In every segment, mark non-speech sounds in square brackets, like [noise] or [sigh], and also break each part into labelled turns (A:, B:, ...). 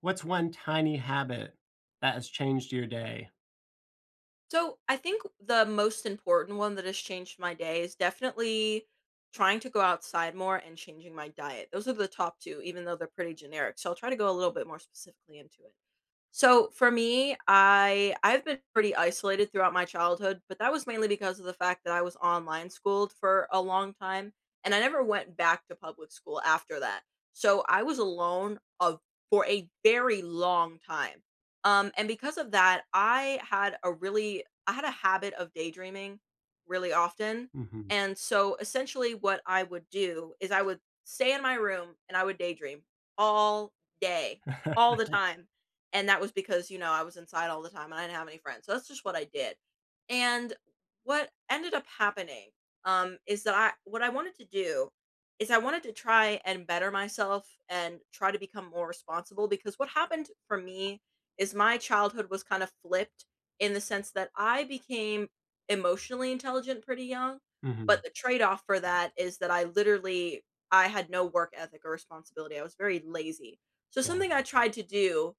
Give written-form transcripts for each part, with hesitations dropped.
A: What's one tiny habit that has changed your day?
B: So I think the most important one that has changed my day is definitely trying to go outside more and changing my diet. Those are the top two, even though they're pretty generic. So I'll try to go a little bit more specifically into it. So for me, I've been pretty isolated throughout my childhood, but that was mainly because of the fact that I was online schooled for a long time, and I never went back to public school after that. So I was alone of for a very long time. And because of that, I had a habit of daydreaming really often.
A: Mhm.
B: And so essentially what I would do is I would stay in my room and I would daydream all day, all the time, and that was because I was inside all the time and I didn't have any friends. So that's just what I did. And what ended up happening, is that what I wanted to do is I wanted to try and better myself and try to become more responsible, because what happened for me is my childhood was kind of flipped, in the sense that I became emotionally intelligent pretty young. But
A: Mhm.
B: the
A: [laughs]
B: trade off for that is that I literally I had no work ethic or responsibility. I was very lazy. So
A: Yeah,
B: something I tried to do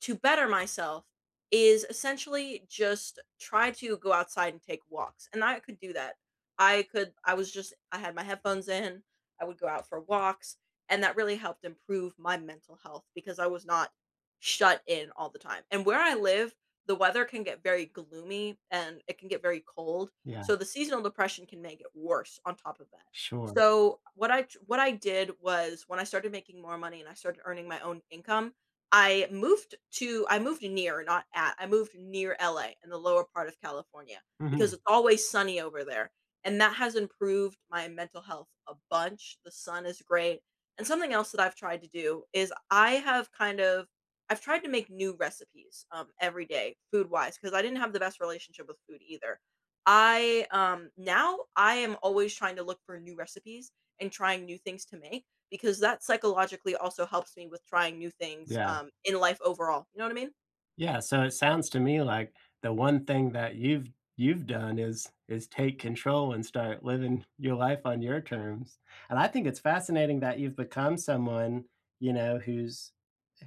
B: to better myself is essentially just try to go outside and take walks. And I could do that. I was just, I had my headphones in, I would go out for walks, and that really helped improve my mental health because I was not shut in all the time. And where I live, the weather can get very gloomy and it can get very cold.
A: yeah,
B: So the seasonal depression can make it worse on top of that.
A: sure.
B: So what I did was when I started making more money and I started earning my own income, I moved near, not at. I moved near LA in the lower part of California, because
A: Mhm.
B: it's always sunny over there, and that has improved my mental health a bunch. The sun is great. And something else that I've tried to do is I have kind of I've tried to make new recipes every day, food wise, because I didn't have the best relationship with food either. I Now I am always trying to look for new recipes and trying new things to make, because that psychologically also helps me with trying new things,
A: Yeah.
B: in life overall, you know what I mean?
A: Yeah, so it sounds to me like the one thing that you've done is take control and start living your life on your terms, and I think it's fascinating that you've become someone, you know, who's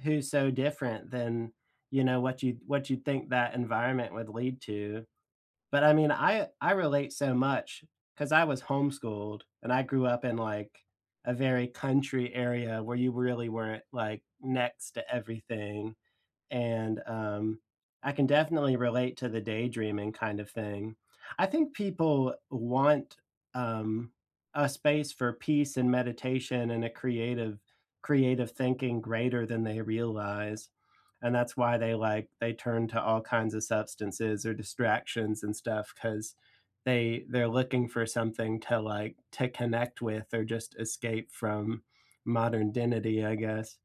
A: who's so different than, you know, what you what you'd think that environment would lead to. But I mean, I relate so much because I was homeschooled and I grew up in, like, a very country area where you really weren't, like, next to everything, and I can definitely relate to the daydreaming kind of thing. I think people want um, a space for peace and meditation and a creative thinking greater than they realize. And that's why they turn to all kinds of substances or distractions and stuff because they're looking for something to to connect with or just escape from modern identity, I guess.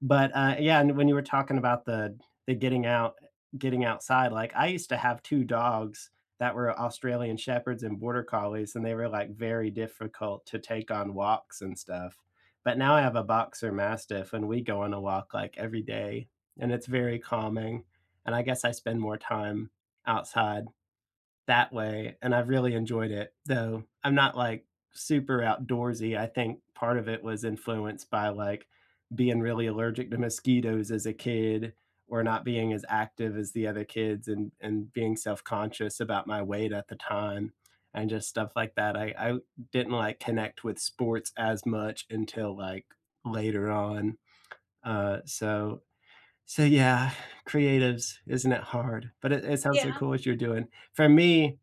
A: But, yeah, and when you were talking about the getting out getting outside, like, I used to have 2 dogs that were Australian Shepherds and Border Collies, and they were, like, very difficult to take on walks and stuff. But now I have a Boxer Mastiff, and we go on a walk, like, every day, and it's very calming, and I guess I spend more time outside that way, and I've really enjoyed it, though I'm not, like, super outdoorsy. I think part of it was influenced by, like, being really allergic to mosquitoes as a kid or not being as active as the other kids and being self-conscious about my weight at the time and just stuff like that. I didn't, like, connect with sports as much until, like, later on. So so yeah, creatives, isn't it hard? But it sounds
B: Yeah.
A: so cool what you're doing. For me,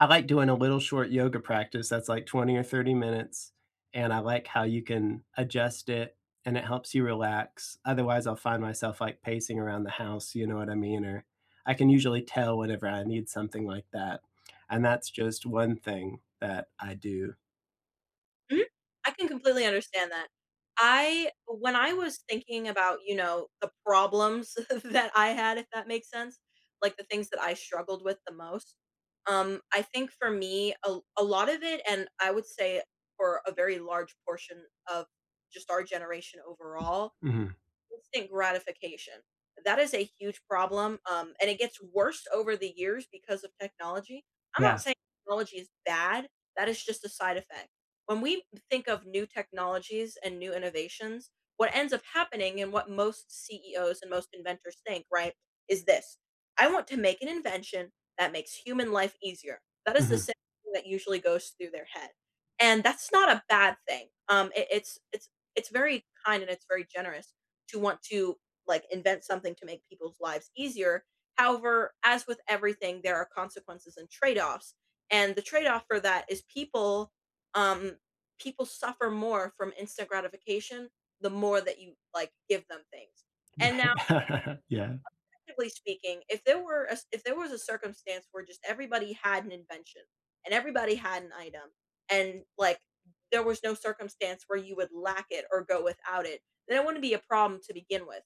A: I like doing a little short yoga practice that's like 20 or 30 minutes, and I like how you can adjust it and it helps you relax. Otherwise, I'll find myself like pacing around the house, you know what I mean? Or I can usually tell whenever I need something like that. And that's just one thing that I do.
B: Mhm. I can completely understand that. I when I was thinking about, you know, the problems [laughs] that I had, if that makes sense, like the things that I struggled with the most, I think for me, a lot of it, and I would say for a very large portion of just our generation overall.
A: Mhm.
B: Instant gratification. That is a huge problem, and it gets worse over the years because of technology. I'm not
A: Yeah.
B: saying technology is bad, that is just a side effect. When we think of new technologies and new innovations, what ends up happening and what most CEOs and most inventors think, right, is this. I want to make an invention that makes human life easier. That is the
A: Mhm.
B: same thing that usually goes through their head. And that's not a bad thing. It's very kind and it's very generous to want to like invent something to make people's lives easier. However, as with everything, there are consequences and trade-offs. And the trade-off for that is um people suffer more from instant gratification the more that you like give them things. And now
A: [laughs] Yeah.
B: practically speaking, if there were a s if there was a circumstance where just everybody had an invention and everybody had an item and, like, there was no circumstance where you would lack it or go without it, then it wouldn't be a problem to begin with,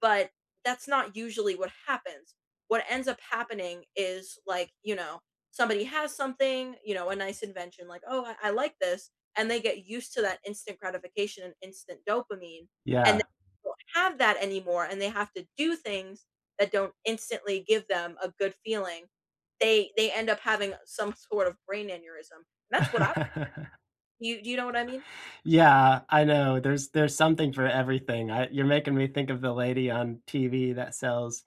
B: but that's not usually what happens. What ends up happening is, like, you know, somebody has something, you know, a nice invention, like, "Oh, I like this," and they get used to that instant gratification and instant dopamine, and they
A: Yeah.
B: don't have that anymore, and they have to do things that don't instantly give them a good feeling, they end up having some sort of brain aneurysm. That's what I
A: [laughs]
B: you do you know what I mean?
A: Yeah, I know. There's something for everything. I You're making me think of the lady on TV that sells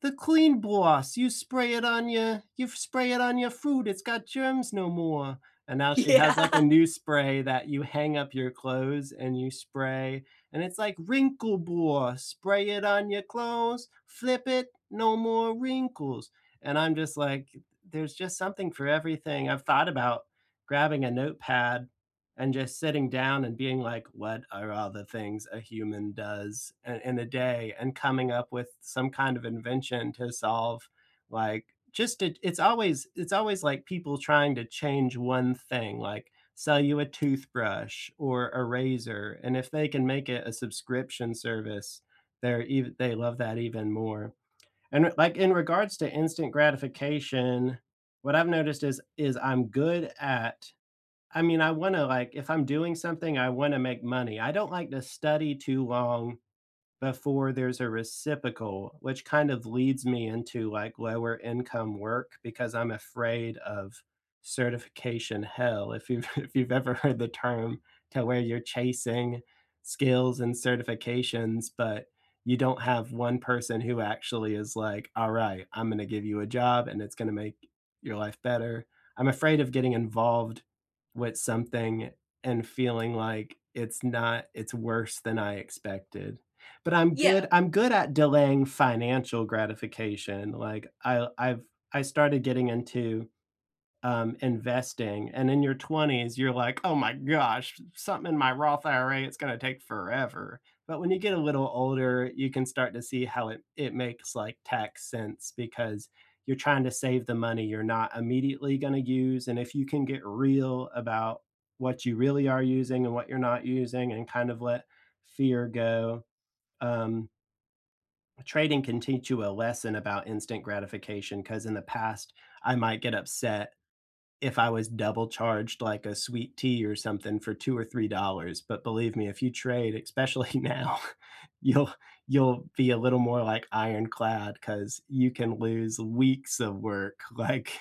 A: the clean boss, you spray it on your you spray it on your food, it's got germs no more. And now she
B: [laughs]
A: has like
B: Yeah.
A: a new spray that you hang up your clothes and you spray, and it's like wrinkle boss, spray it on your clothes, flip it, no more wrinkles. And I'm just like, there's just something for everything. I've thought about grabbing a notepad and just sitting down and being like, what are all the things a human does in a day, and coming up with some kind of invention to solve, like, just it's always like people trying to change one thing, like sell you a toothbrush or a razor, and if they can make it a subscription service, they're even they love that even more. And like in regards to instant gratification, what I've noticed is I'm good at I mean, I wanna, like if I'm doing something, I wanna make money. I don't like to study too long before there's a reciprocal, which kind of leads me into like lower income work because I'm afraid of certification hell. If you've [laughs] if you've ever heard the term to where you're chasing skills and certifications, but you don't have one person who actually is like, all right, I'm going to give you a job and it's going to make your life better. I'm afraid of getting involved with something and feeling like it's not, it's worse than I expected. But
B: Yeah,
A: I'm good at delaying financial gratification, like, I started getting into, investing, and in your 20s, you're like, "Oh my gosh, something in my Roth IRA, it's gonna take forever." But when you get a little older, you can start to see how it makes, like, tax sense because you're trying to save the money you're not immediately gonna use, and if you can get real about what you really are using and what you're not using and kind of let fear go, um trading can teach you a lesson about instant gratification because in the past, I might get upset if I was double charged like a sweet tea or something for 2 or $3. But believe me, if you trade, especially [laughs] now, you'll you'll be a little more like ironclad, because you can lose weeks of work, [laughs] like,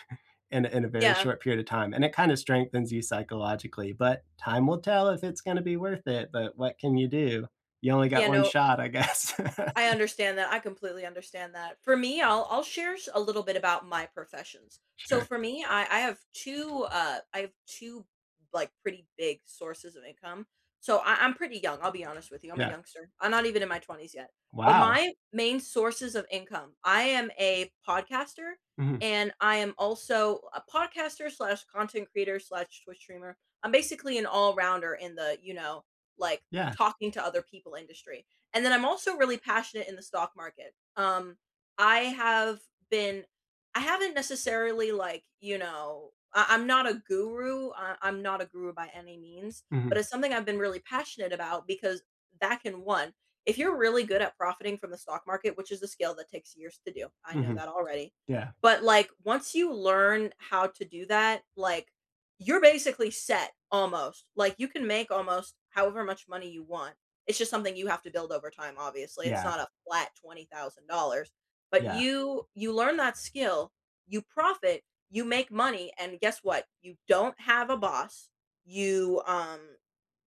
A: in a very
B: yeah.
A: short period of time, and it kinda strengthens you psychologically, but time will tell if it's gonna be worth it, but what can you do? You only
B: Yeah,
A: got 1
B: no,
A: shot, I guess.
B: I
A: [laughs]
B: understand that. I completely understand that. For me, I'll share a little bit about my professions. So
A: Sure.
B: for me, I have two like pretty big sources of income. So I'm pretty young. I'll be honest with you. I'm a
A: Yeah.
B: youngster. I'm not even in my 20s yet. But
A: Wow.
B: my main sources of income, I am a podcaster,
A: Mhm.
B: and I am also a podcaster slash content creator slash Twitch streamer. I'm basically an all rounder in the you know like
A: Yeah.
B: talking to other people industry. And then I'm also really passionate in the stock market. I have been, I haven't necessarily like, you know, I'm not a guru. I'm not a guru by any means, but
A: Mhm.
B: it's something I've been really passionate about because that can one, if you're really good at profiting from the stock market, which is a skill that takes years to do, I know
A: Mhm.
B: that already.
A: Yeah.
B: But like once you learn how to do that, like you're basically set almost. Like you can make almost however much money you want, it's just something you have to build over time, obviously. It's
A: Yeah.
B: not a flat $20,000, but
A: Yeah.
B: you learn that skill, you profit, you make money, and guess what? You don't have a boss. You um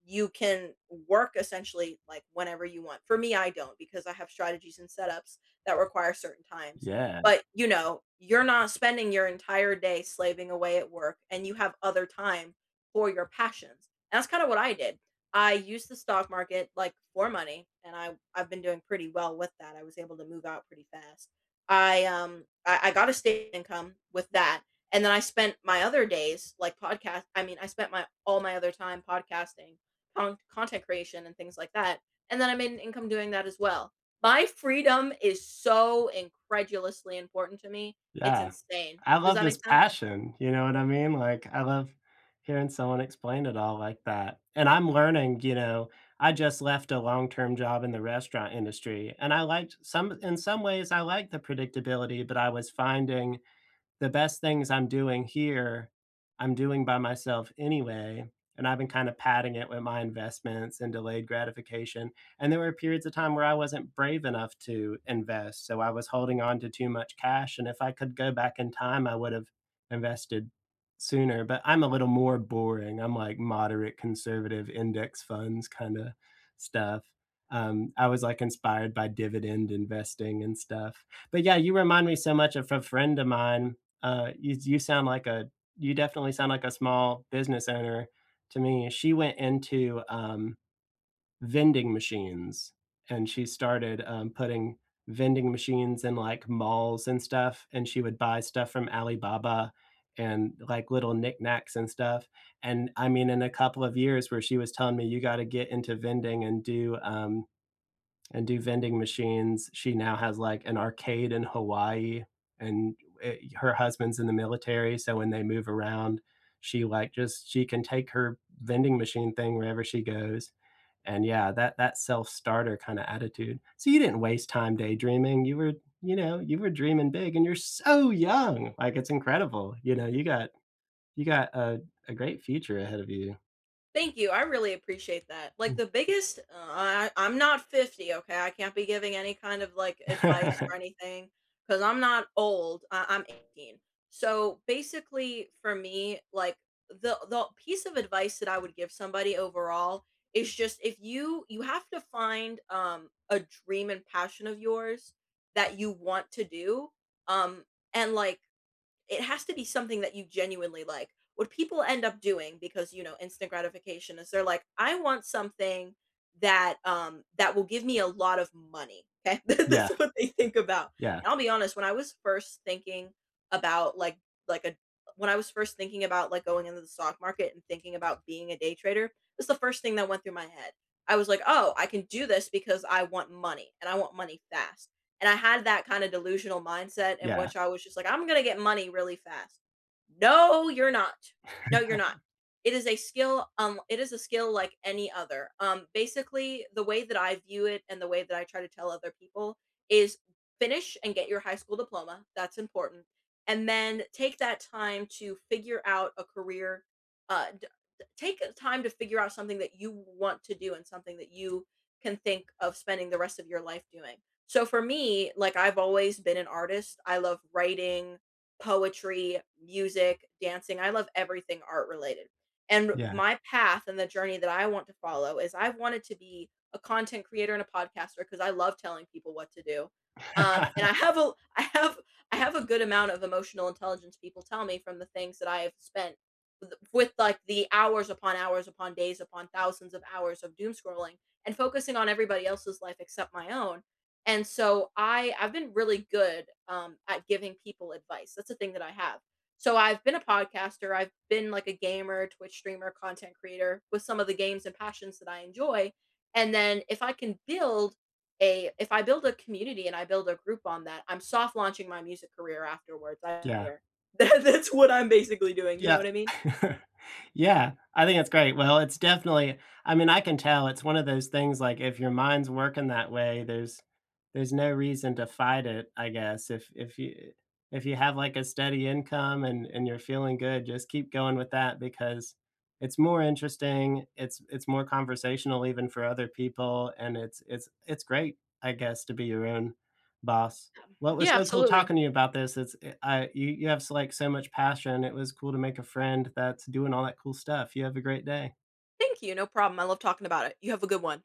B: you can work essentially like whenever you want. For me, I don't because I have strategies and setups that require certain times.
A: Yeah.
B: But you know, you're not spending your entire day slaving away at work and you have other time for your passions. And that's kind of what I did. I used the stock market like for money and I've been doing pretty well with that. I was able to move out pretty fast. I got a state income with that. And then I spent my other days like podcast I mean I spent my all my other time podcasting, content creation and things like that. And then I made an income doing that as well. My freedom is so incredulously important to me. It's
A: Yeah.
B: insane.
A: I
B: Does
A: love
B: that make
A: this
B: sense?
A: passion, you know what I mean? Like, I love hearing someone explain it all like that, and I'm learning, you know, I just left a long-term job in the restaurant industry, and I liked some in some ways, I liked the predictability, but I was finding the best things I'm doing here, I'm doing by myself anyway, and I've been kind of padding it with my investments and delayed gratification, and there were periods of time where I wasn't brave enough to invest, so I was holding on to too much cash, and if I could go back in time, I would have invested sooner, but I'm a little more boring, I'm like moderate conservative index funds kinda stuff. I was, like, inspired by dividend investing and stuff. But yeah, you remind me so much of a friend of mine you you sound like a you definitely sound like a small business owner to me. She went into, vending machines, and she started, putting vending machines in, like, malls and stuff, and she would buy stuff from Alibaba and, like, little knickknacks and stuff, and, I mean, in a couple of years where she was telling me, "You gotta get into vending and do vending machines." She now has like an arcade in Hawaii, and her husband's in the military, so when they move around, she like just she can take her vending machine thing wherever she goes. And yeah, that self-starter kind of attitude. So you didn't waste time daydreaming. You were, you know, you were dreaming big, and you're so young. Like it's incredible. You know, you got a great future ahead of you.
B: Thank you. I really appreciate that. Like the biggest, I'm not 50, okay? I can't be giving any kind of like advice or
A: [laughs]
B: anything because I'm not old. I'm 18. So basically, for me, like the piece of advice that I would give somebody overall is just if you have to find a dream and passion of yours that you want to do, um, and like it has to be something that you genuinely like. What people end up doing because, you know, instant gratification is they're like, "I want something that will give me a lot of money." Okay? [laughs] That's
A: Yeah,
B: what they think about.
A: yeah,
B: And I'll be honest, when I was first thinking about like a when I was first thinking about like going into the stock market and thinking about being a day trader, that's the first thing that went through my head. I was like, "Oh, I can do this because I want money and I want money fast." And I had that kinda delusional mindset in
A: yeah,
B: which I was just like, "I'm gonna get money really fast." No, you're not. No, you're not. It is a skill, it is a skill like any other. Basically, the way that I view it and the way that I try to tell other people is finish and get your high school diploma, that's important, and then take that time to figure out a career, d d take time to figure out something that you want to do and something that you can think of spending the rest of your life doing. So for me, like I've always been an artist. I love writing, poetry, music, dancing. I love everything art related. And
A: yeah,
B: my path and the journey that I want to follow is I've wanted to be a content creator and a podcaster because I love telling people what to do. And
A: [laughs]
B: I have a [laughs] I have a good amount of emotional intelligence people tell me, from the things that I have spent with like the hours upon days upon thousands of hours of doom scrolling and focusing on everybody else's life except my own, and so I've been really good at giving people advice. That's a thing that I have. So I've been a podcaster, I've been like a gamer, Twitch streamer, content creator with some of the games and passions that I enjoy. And then if I can build a if I build a community and I build a group on that, I'm soft launching my music career afterwards. I don't
A: yeah.
B: care. [laughs] That's what I'm basically doing. You know
A: Yeah.
B: what I mean?
A: [laughs] Yeah, I think it's great. Well, it's definitely I mean, I can tell it's one of those things, like, if your mind's working that way, there's no reason to fight it, I guess. If you have, like, a steady income and you're feeling good, just keep going with that because it's more interesting, it's more conversational even for other people, and it's great, I guess, to be your own boss. Well, it was
B: Yeah,
A: so cool
B: absolutely.
A: talking to you about this. It's eh, I you you have, s like, so much passion. It was cool to make a friend that's doing all that cool stuff. You have a great day.
B: Thank you. No problem. I love talking about it. You have a good one.